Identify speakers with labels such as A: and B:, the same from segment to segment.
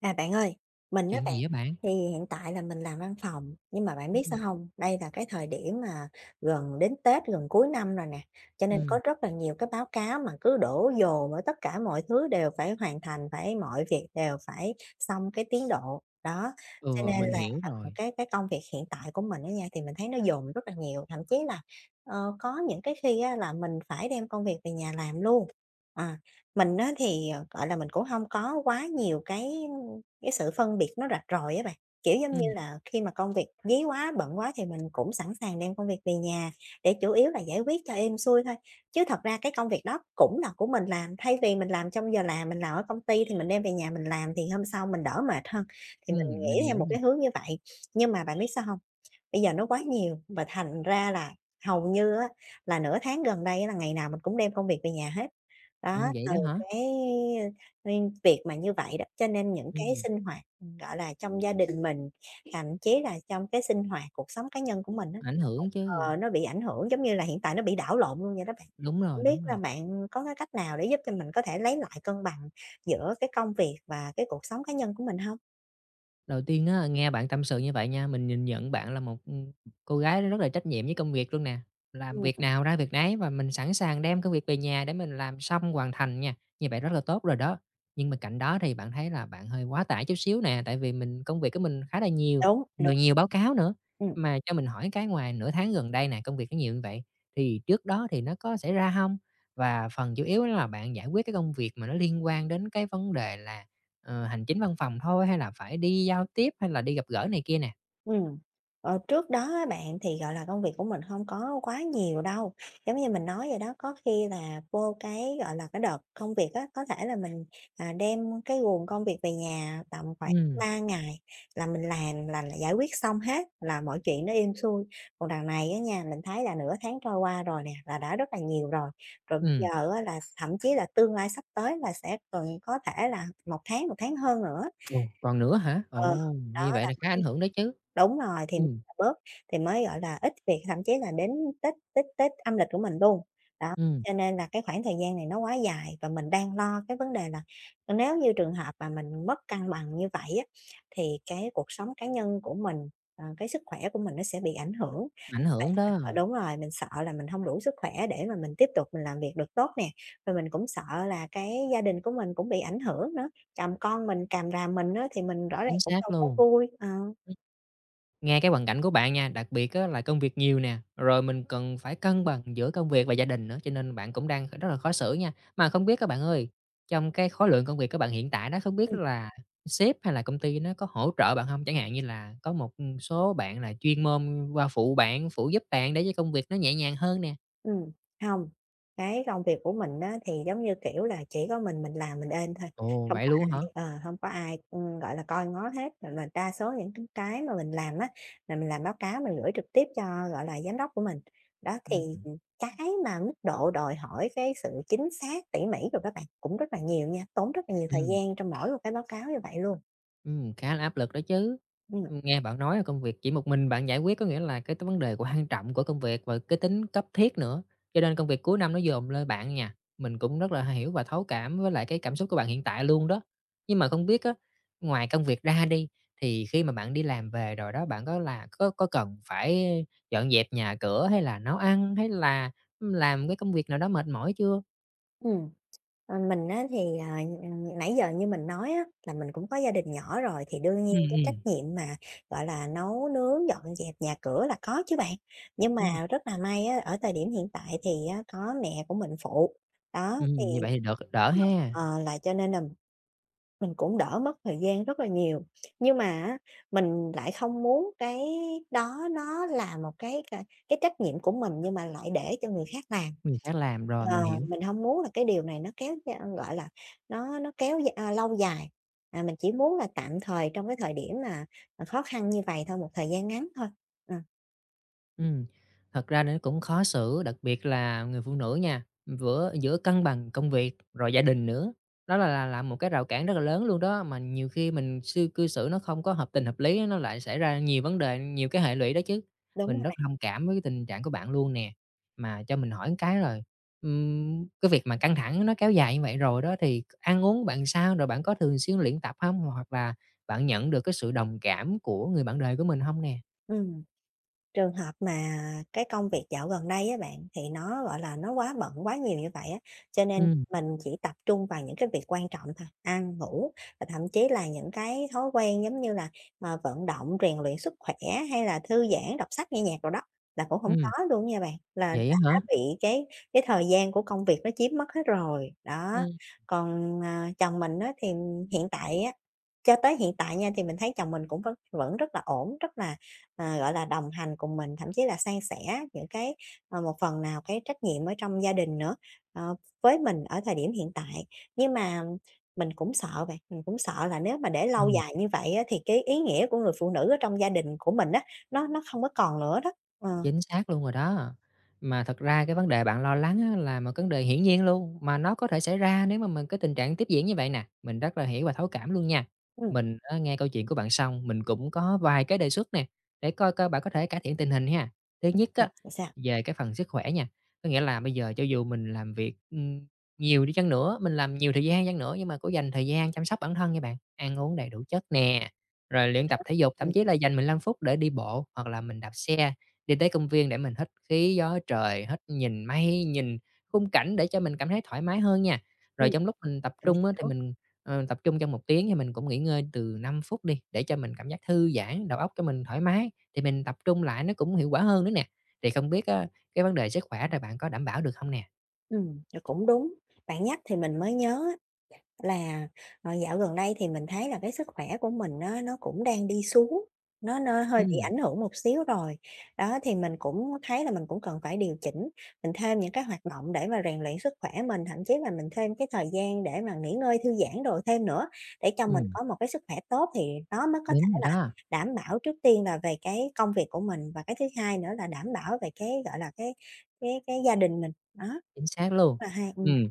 A: Bạn ơi, mình đó
B: Chuyện
A: bạn,
B: gì á bạn?
A: thì hiện tại là mình làm văn phòng, nhưng mà bạn biết
B: Ừm,
A: sao không? Đây là cái thời điểm mà gần đến Tết, gần cuối năm rồi nè, cho nên
B: ừm,
A: có rất là nhiều cái báo cáo mà cứ đổ dồn ở tất cả mọi thứ đều phải hoàn thành, phải mọi việc đều phải xong cái tiến độ. Đó, cho
B: ừ,
A: nên
B: mình
A: là,
B: hiểu rồi.
A: cái công việc hiện tại của mình đó nha, thì mình thấy nó dồn rất là nhiều, thậm chí là, có những cái khi á là mình phải đem công việc về nhà làm luôn. À, mình á thì, gọi là, mình cũng không có quá nhiều cái sự phân biệt nó rạch ròi á bạn, kiểu, giống như
B: Ừm,
A: là, khi mà công việc dí quá, bận quá thì mình cũng sẵn sàng đem công việc về nhà để chủ yếu là giải quyết cho êm xuôi thôi. Chứ thật ra cái công việc đó cũng là của mình làm, thay vì mình làm trong giờ làm, mình làm ở công ty thì mình đem về nhà mình làm thì hôm sau mình đỡ mệt hơn. Thì mình
B: mình
A: nghĩ theo
B: hiểu
A: một
B: rồi.
A: cái hướng như vậy, nhưng mà bạn biết sao không? Bây giờ nó quá nhiều và thành ra là hầu như á là nửa tháng gần đây là ngày nào mình cũng đem công việc về nhà hết. Đó,
B: Vậy
A: từ
B: đó hả?
A: cái nên việc mà như vậy đó, cho nên những cái
B: Ừm,
A: sinh hoạt, gọi là, trong gia đình mình, thậm chí là trong cái sinh hoạt cuộc sống cá nhân của mình á,
B: ảnh hưởng chứ.
A: nó bị ảnh hưởng, giống như là, hiện tại nó bị đảo lộn luôn vậy đó bạn.
B: Đúng rồi,
A: Hông biết
B: đúng rồi.
A: là bạn có cái cách nào để giúp cho mình có thể lấy lại cân bằng giữa cái công việc và cái cuộc sống cá nhân của mình hông?
B: Đầu tiên á, nghe bạn tâm sự như vậy nha, mình nhìn nhận bạn là một, cô gái rất là trách nhiệm với công việc luôn nè. Làm
A: Ừm,
B: việc nào ra việc nấy và mình sẵn sàng đem cái việc về nhà để mình làm xong hoàn thành nha, như vậy rất là tốt rồi đó. Nhưng mà cạnh đó thì bạn thấy là bạn hơi quá tải chút xíu nè, tại vì mình công việc của mình khá là nhiều,
A: đúng, đúng,
B: rồi nhiều báo cáo nữa.
A: ừm.
B: Mà cho mình hỏi cái ngoài nửa tháng gần đây nè, công việc nó nhiều như vậy, thì trước đó thì nó có xảy ra không? Và phần chủ yếu là bạn giải quyết cái công việc mà nó liên quan đến cái vấn đề là Ờ, hành chính văn phòng thôi hay là phải đi giao tiếp hay là đi gặp gỡ này kia nè?
A: Ừ, trước đó á bạn thì, gọi là, công việc của mình không có quá nhiều đâu, giống như mình nói vậy đó, có khi là vô cái, gọi là, cái đợt công việc á, có thể là mình, đem cái guồng công việc về nhà tầm khoảng
B: Ừm,
A: 3 ngày là mình làm là giải quyết xong hết, là mọi chuyện nó êm xuôi. Còn đằng này á nha, mình thấy là nửa tháng trôi qua rồi nè, là đã rất là nhiều rồi, rồi bây
B: ừm,
A: giờ á là thậm chí là tương lai sắp tới là sẽ cần có thể là một tháng hơn nữa.
B: ồ, còn nữa hả?
A: Ờ,
B: Ồ,
A: đó.
B: như vậy là khá ảnh hưởng đó chứ.
A: Đúng rồi, thì
B: Ừm,
A: bớt thì mới, gọi là, ít việc, thậm chí là đến Tết Tết Tết âm lịch của mình luôn. Đó,
B: ừm,
A: cho nên là cái khoảng thời gian này nó quá dài và mình đang lo cái vấn đề là nếu như trường hợp mà mình mất cân bằng như vậy á, thì cái cuộc sống cá nhân của mình, cái sức khỏe của mình nó sẽ bị ảnh hưởng.
B: ảnh hưởng đó.
A: Ờ, đúng rồi, mình sợ là mình không đủ sức khỏe để mà mình tiếp tục mình làm việc được tốt nè, rồi mình cũng sợ là cái gia đình của mình cũng bị ảnh hưởng nữa, chồng con mình càm ràm mình á, thì mình rõ ràng
B: Chính
A: cũng
B: xác
A: đâu có
B: luôn.
A: vui. Ờ.
B: Ừm. Nghe cái hoàn cảnh của bạn nha, đặc biệt á là công việc nhiều nè, rồi mình cần phải cân bằng giữa công việc và gia đình nữa, cho nên bạn cũng đang rất là khó xử nha. Mà không biết các bạn ơi, trong cái khối lượng công việc của bạn hiện tại đó, không biết là sếp hay là công ty nó có hỗ trợ bạn không? Chẳng hạn như là có một số bạn là chuyên môn qua phụ bạn, phụ giúp bạn để cho công việc nó nhẹ nhàng hơn nè.
A: Ừm, hông, cái công việc của mình á thì giống như, kiểu là, chỉ có mình làm mình êm thôi,
B: Ồ,
A: không
B: vậy
A: có
B: luôn
A: ai
B: hả?
A: hông có ai, gọi là, coi ngó hết, rồi là đa số những cái mà mình làm á, là mình làm báo cáo mình gửi trực tiếp cho, gọi là, giám đốc của mình. Đó, thì,
B: Ừm,
A: cái mà mức độ đòi hỏi cái sự chính xác, tỉ mỉ của các bạn cũng rất là nhiều nha, tốn rất là nhiều thời
B: ừm.
A: gian trong mỗi một cái báo cáo như vậy luôn.
B: Khá là áp lực đó chứ.
A: Ừm,
B: Nghe bạn nói là công việc chỉ một mình bạn giải quyết có nghĩa là cái vấn đề quan trọng của công việc và cái tính cấp thiết nữa, cho nên công việc cuối năm nó dồn lên bạn nha. Mình cũng rất là hiểu và thấu cảm với lại cái cảm xúc của bạn hiện tại luôn đó. Nhưng mà không biết á, ngoài công việc ra đi, thì khi mà bạn đi làm về rồi đó, bạn có là có cần phải dọn dẹp nhà cửa hay là nấu ăn, hay là, làm cái công việc nào đó mệt mỏi chưa?
A: ừm. Ờ, mình á thì, nãy giờ như mình nói á, là mình cũng có gia đình nhỏ rồi thì đương nhiên
B: Ừm,
A: cái trách
B: ừm.
A: nhiệm mà, gọi là, nấu nướng, dọn dẹp nhà cửa là có chứ bạn. Nhưng
B: Ừm,
A: mà rất là may á, ở thời điểm hiện tại thì á có mẹ của mình phụ, đó, thì
B: như vậy thì đợt đỡ
A: ờ,
B: ha.
A: ờ, là cho nên là mình cũng đỡ mất thời gian rất là nhiều. Nhưng mà á, mình lại không muốn cái đó nó là một cái trách nhiệm của mình nhưng mà lại để cho người khác làm.
B: Mình sẽ làm rồi, mình
A: Ờ,
B: hiểu.
A: mình không muốn là cái điều này nó kéo da gọi là, nó kéo d a, lâu dài, mình chỉ muốn là tạm thời trong cái thời điểm mà, khó khăn như vậy thôi, một thời gian ngắn thôi. Ờ,
B: Ừm, thật ra nó cũng khó xử, đặc biệt là người phụ nữ nha, vừa giữa cân bằng công việc rồi gia đình nữa. Đó là một cái rào cản rất là lớn luôn đó, mà nhiều khi mình sư cư xử nó không có hợp tình hợp lý nó lại xảy ra nhiều vấn đề, nhiều cái hệ lụy đó chứ.
A: đúng
B: Mình
A: rồi
B: rất
A: bạn,
B: thông cảm với cái tình trạng của bạn luôn nè. Mà cho mình hỏi một cái rồi, cái việc mà căng thẳng nó kéo dài như vậy rồi đó thì ăn uống bạn sao? Rồi bạn có thường xuyên luyện tập không? Hoặc là bạn nhận được cái sự đồng cảm của người bạn đời của mình không nè?
A: ừ. Trường hợp mà cái công việc dạo gần đây á bạn, thì nó, gọi là, nó quá bận, quá nhiều như vậy á, cho nên
B: Ừm,
A: mình chỉ tập trung vào những cái việc quan trọng thôi, ăn, ngủ và thậm chí là những cái thói quen giống như là, vận động, rèn luyện sức khỏe hay là thư giãn, đọc sách, nghe nhạc đồ đó, là cũng hổng
B: ừm,
A: có luôn nha bạn, là
B: vậy á hả?
A: đã bị cái thời gian của công việc nó chiếm mất hết rồi. Đó,
B: Ừ.
A: còn, chồng mình á thì hiện tại á cho tới hiện tại nha, thì mình thấy chồng mình cũng vẫn vẫn rất là ổn, rất là gọi là, đồng hành cùng mình, thậm chí là san sẻ những cái, một phần nào cái trách nhiệm ở trong gia đình nữa, ờ, với mình ở thời điểm hiện tại. Nhưng mà mình cũng sợ vậy mình cũng sợ là nếu mà để lâu
B: Ừm.
A: dài như vậy á, thì cái ý nghĩa của người phụ nữ ở trong gia đình của mình á, nó không có còn nữa đó. Ờ,
B: Chính xác luôn rồi đó. Mà thật ra cái vấn đề bạn lo lắng á, là một vấn đề hiển nhiên luôn, mà nó có thể xảy ra nếu mà mình cái tình trạng tiếp diễn như vậy nè, mình rất là hiểu và thấu cảm luôn nha.
A: ừm,
B: Mình á, nghe câu chuyện của bạn xong, mình cũng có vài cái đề xuất nè, để coi coi bạn có thể cải thiện tình hình ha. Thứ nhất
A: ừm,
B: á,
A: sao?
B: về cái phần sức khỏe nha, có nghĩa là bây giờ cho dù mình làm việc, nhiều đi chăng nữa, mình làm nhiều thời gian chăng nữa nhưng mà cũng dành thời gian chăm sóc bản thân nha bạn, ăn uống đầy đủ chất nè, rồi luyện tập thể dục, thậm
A: Ừm,
B: chí là dành 15 phút để đi bộ hoặc là mình đạp xe. Đi tới công viên để mình hít khí gió trời, hít nhìn mây, nhìn khung cảnh để cho mình cảm thấy thoải mái hơn nha. Rồi
A: ừm,
B: trong lúc mình tập
A: mình
B: trung á, thì
A: hiểu.
B: mình, tập trung trong 1 tiếng thì mình cũng nghỉ ngơi từ 5 phút đi, để cho mình cảm giác thư giãn, đầu óc cho mình thoải mái, thì mình tập trung lại nó cũng hiệu quả hơn nữa nè. Thì không biết á, cái vấn đề sức khỏe là bạn có đảm bảo được không nè?
A: Rồi cũng đúng, bạn nhắc thì mình mới nhớ. Là, dạo gần đây thì mình thấy là cái sức khỏe của mình á, nó cũng đang đi xuống, nó
B: Ừ,
A: hơi bị ảnh hưởng một xíu rồi. Đó, thì mình cũng thấy là mình cũng cần phải điều chỉnh, mình thêm những cái hoạt động để mà rèn luyện sức khỏe mình, thậm chí là mình thêm cái thời gian để mà nghỉ ngơi, thư giãn đồ thêm nữa, để cho mình
B: ừm,
A: có một cái sức khỏe tốt thì nó mới có thể
B: đúng
A: là
B: rồi đó.
A: đảm bảo trước tiên là về cái công việc của mình, và cái thứ hai nữa là đảm bảo về cái, gọi là, cái gia đình mình. Đó,
B: Chính xác luôn.
A: là hai
B: Ừm.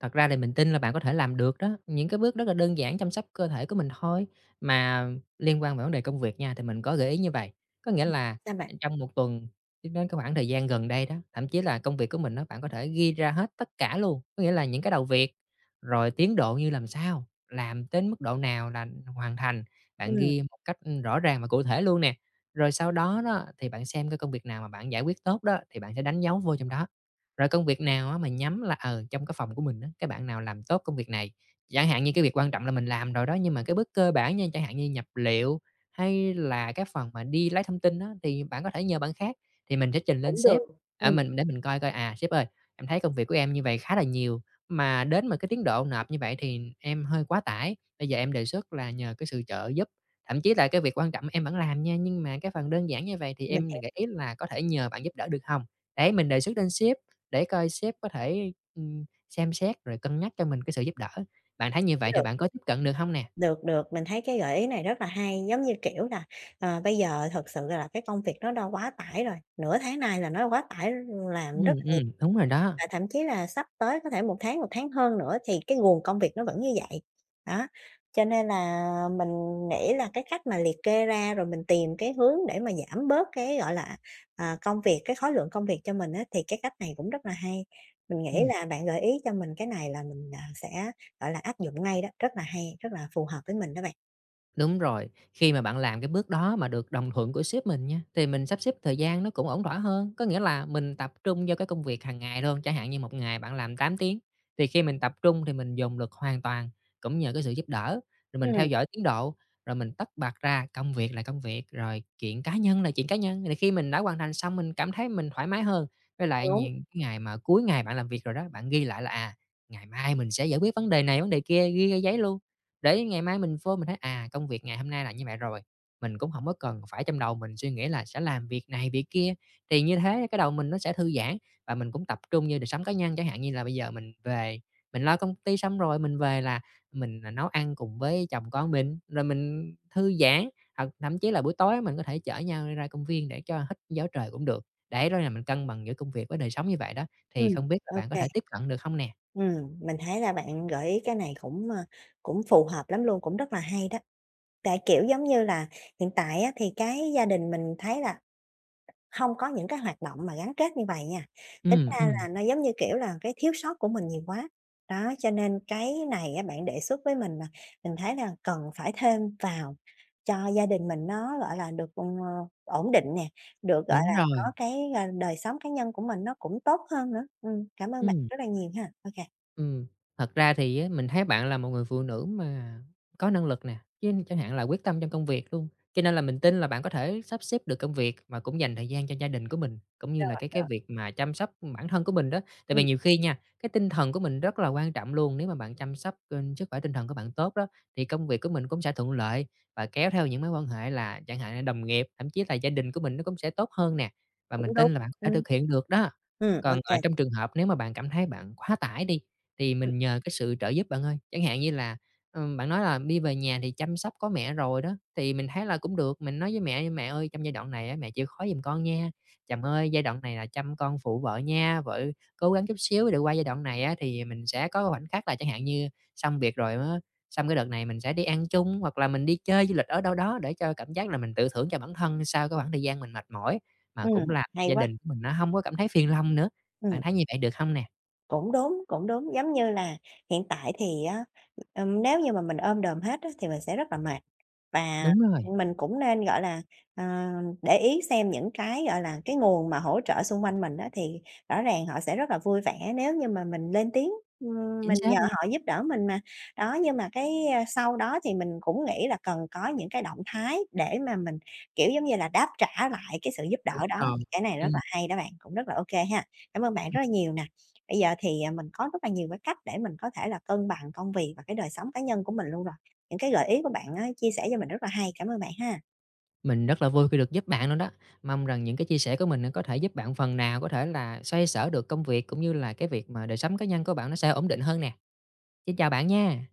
B: Thật ra thì mình tin là bạn có thể làm được đó, những cái bước rất là đơn giản chăm sóc cơ thể của mình thôi. Mà liên quan về vấn đề công việc nha, thì mình có gợi ý như vậy có nghĩa là
A: sao bạn?
B: trong một tuần đến cái khoảng thời gian gần đây đó, thậm chí là công việc của mình đó bạn có thể ghi ra hết tất cả luôn. Có nghĩa là những cái đầu việc, rồi tiến độ như làm sao, làm đến mức độ nào là hoàn thành, bạn
A: Ừm,
B: ghi một cách, rõ ràng và cụ thể luôn nè. Rồi sau đó đó, thì bạn xem cái công việc nào mà bạn giải quyết tốt đó, thì bạn sẽ đánh dấu vô trong đó. Rồi công việc nào á mà nhắm là, trong cái phòng của mình á, cái bạn nào làm tốt công việc này. Chẳng hạn như cái việc quan trọng là mình làm rồi đó, nhưng mà cái bước cơ bản nha, chẳng hạn như nhập liệu hay là cái phần mà đi lấy thông tin á, thì bạn có thể nhờ bạn khác, thì mình sẽ trình lên
A: cũng
B: sếp,
A: được.
B: ở mình để mình coi coi, à, "Sếp ơi, em thấy công việc của em như vậy khá là nhiều, mà đến mà cái tiến độ nộp như vậy thì em hơi quá tải. Bây giờ em đề xuất là nhờ cái sự trợ giúp, thậm chí là cái việc quan trọng em vẫn làm nha, nhưng mà cái phần đơn giản như vậy thì
A: Mình
B: em
A: hiểu
B: gợi ý là có thể nhờ bạn giúp đỡ được không?" để mình đề xuất lên sếp để coi sếp có thể, xem xét rồi cân nhắc cho mình cái sự giúp đỡ. Bạn thấy như vậy thì
A: được,
B: bạn có tiếp cận được không nè?
A: được, được, mình thấy cái gợi ý này rất là hay. Giống như, kiểu là, bây giờ thực sự là cái công việc nó đã quá tải rồi, nửa tháng nay là nó quá tải làm rất.
B: Đúng rồi đó.
A: Và thậm chí là sắp tới có thể một tháng hơn nữa thì cái nguồn công việc nó vẫn như vậy. Đó, cho nên là mình nghĩ là cái cách mà liệt kê ra rồi mình tìm cái hướng để mà giảm bớt cái, gọi là, công việc, cái khối lượng công việc cho mình á, thì cái cách này cũng rất là hay. Mình nghĩ
B: Ừm.
A: là bạn gợi ý cho mình cái này là mình, sẽ, gọi là, áp dụng ngay đó, rất là hay, rất là phù hợp với mình đó bạn.
B: Đúng rồi, khi mà bạn làm cái bước đó mà được đồng thuận của sếp mình nha, thì mình sắp xếp thời gian nó cũng ổn thỏa hơn. Có nghĩa là mình tập trung vào cái công việc hàng ngày luôn, chẳng hạn như một ngày bạn làm 8 tiếng, thì khi mình tập trung thì mình dồn lực hoàn toàn, cũng nhờ cái sự giúp đỡ, rồi mình
A: Ừm,
B: theo dõi tiến độ, rồi mình tách bạch ra công việc là công việc, rồi chuyện cá nhân là chuyện cá nhân. Thì khi mình đã hoàn thành xong mình cảm thấy mình thoải mái hơn. Với lại
A: đúng,
B: những cái ngày mà cuối ngày bạn làm việc rồi đó, bạn ghi lại là, à, ngày mai mình sẽ giải quyết vấn đề này, vấn đề kia, ghi ra giấy luôn. Để ngày mai mình vô mình thấy, à, công việc ngày hôm nay là như vậy rồi, mình cũng không có cần phải trong đầu mình suy nghĩ là sẽ làm việc này việc kia, thì như thế cái đầu mình nó sẽ thư giãn và mình cũng tập trung như đời sống cá nhân. Chẳng hạn như là bây giờ mình về, mình lo công ty xong rồi mình về là mình, à, nấu ăn cùng với chồng con mình, rồi mình thư giãn, hoặc thậm chí là buổi tối mình có thể chở nhau đi ra công viên để cho hít gió trời cũng được. Để đó là mình cân bằng giữa công việc với đời sống như vậy đó, thì
A: ừm,
B: không biết là
A: ô
B: bạn có
A: kê.
B: thể tiếp cận được không nè?
A: Mình thấy là bạn gợi ý cái này cũng, cũng phù hợp lắm luôn, cũng rất là hay đó. Tại, kiểu, giống như là, hiện tại á thì cái gia đình mình thấy là không có những cái hoạt động mà gắn kết như vậy nha, tính
B: Ừm,
A: ra
B: ừm,
A: là nó giống như, kiểu là, cái thiếu sót của mình nhiều quá. Đó, cho nên cái này á bạn đề xuất với mình là mình thấy là cần phải thêm vào cho gia đình mình nó, gọi là, được, ờ, ổn định nè, được, gọi
B: đúng
A: là, có
B: rồi,
A: cái, đời sống cá nhân của mình nó cũng tốt hơn nữa. Cảm ơn bạn
B: ừm.
A: rất là nhiều ha. Ok.
B: Ừm, thật ra thì á, mình thấy bạn là một người phụ nữ mà có năng lực nè, chứ chẳng hạn là quyết tâm trong công việc luôn, cho nên là mình tin là bạn có thể sắp xếp được công việc mà cũng dành thời gian cho gia đình của mình, cũng như
A: Kê,
B: là
A: rồi,
B: cái
A: rồi,
B: việc mà chăm sóc bản thân của mình đó. Tại vì
A: ừm,
B: nhiều khi nha, cái tinh thần của mình rất là quan trọng luôn, nếu mà bạn chăm sóc, sức khỏe tinh thần của bạn tốt đó, thì công việc của mình cũng sẽ thuận lợi và kéo theo những mối quan hệ là chẳng hạn là đồng nghiệp, thậm chí là gia đình của mình nó cũng sẽ tốt hơn nè, và mình
A: cũng đúng.
B: tin là bạn có
A: Ừ,
B: thể thực hiện được đó.
A: ô
B: Còn,
A: kê,
B: ở trong trường hợp nếu mà bạn cảm thấy bạn quá tải đi thì
A: ừm,
B: mình nhờ cái sự trợ giúp bạn ơi. Chẳng hạn như là, bạn nói là đi về nhà thì chăm sóc có mẹ rồi đó, thì mình thấy là cũng được, mình nói với mẹ: "Mẹ ơi, trong giai đoạn này á, mẹ chịu khó giùm con nha. Chồng ơi, giai đoạn này là chăm con phụ vợ nha, vợ cố gắng chút xíu để qua giai đoạn này á, thì mình sẽ có khoảnh khắc là" chẳng hạn như xong việc rồi á, xong cái đợt này mình sẽ đi ăn chung, hoặc là mình đi chơi du lịch ở đâu đó để cho cảm giác là mình tự thưởng cho bản thân sau cái khoảng thời gian mình mệt mỏi, mà cũng làm cho
A: hay
B: gia
A: quá,
B: đình của mình nó không có cảm thấy phiền lòng nữa. Bạn
A: ừm.
B: thấy như vậy được không nè?
A: Cũng đúng, cũng đúng. Giống như là hiện tại thì á, nếu như mà mình ôm đồm hết á, thì mình sẽ rất là mệt. Và
B: Đúng rồi,
A: mình cũng nên, gọi là, ờ, để ý xem những cái, gọi là, cái nguồn mà hỗ trợ xung quanh mình đó thì rõ ràng họ sẽ rất là vui vẻ nếu như mà mình lên tiếng,
B: chính
A: mình
B: xác
A: nhờ
B: luôn.
A: họ giúp đỡ mình mà. Đó, nhưng mà cái, sau đó thì mình cũng nghĩ là cần có những cái động thái để mà mình, kiểu, giống như là, đáp trả lại cái sự giúp
B: Đúng
A: đỡ đó,
B: rồi.
A: thì cái này rất là
B: Ừm,
A: hay đó bạn, cũng rất là ok ha. Cảm ơn bạn
B: ừm.
A: rất là nhiều nè. Bây giờ thì, mình có rất là nhiều cái cách để mình có thể là cân bằng công việc và cái đời sống cá nhân của mình luôn rồi, những cái gợi ý của bạn á, chia sẻ cho mình rất là hay. Cảm ơn bạn ha.
B: Mình rất là vui khi được giúp bạn luôn đó. Mong rằng những cái chia sẻ của mình nó có thể giúp bạn phần nào có thể là xoay sở được công việc, cũng như là cái việc mà đời sống cá nhân của bạn nó sẽ ổn định hơn nè. Xin chào bạn nha.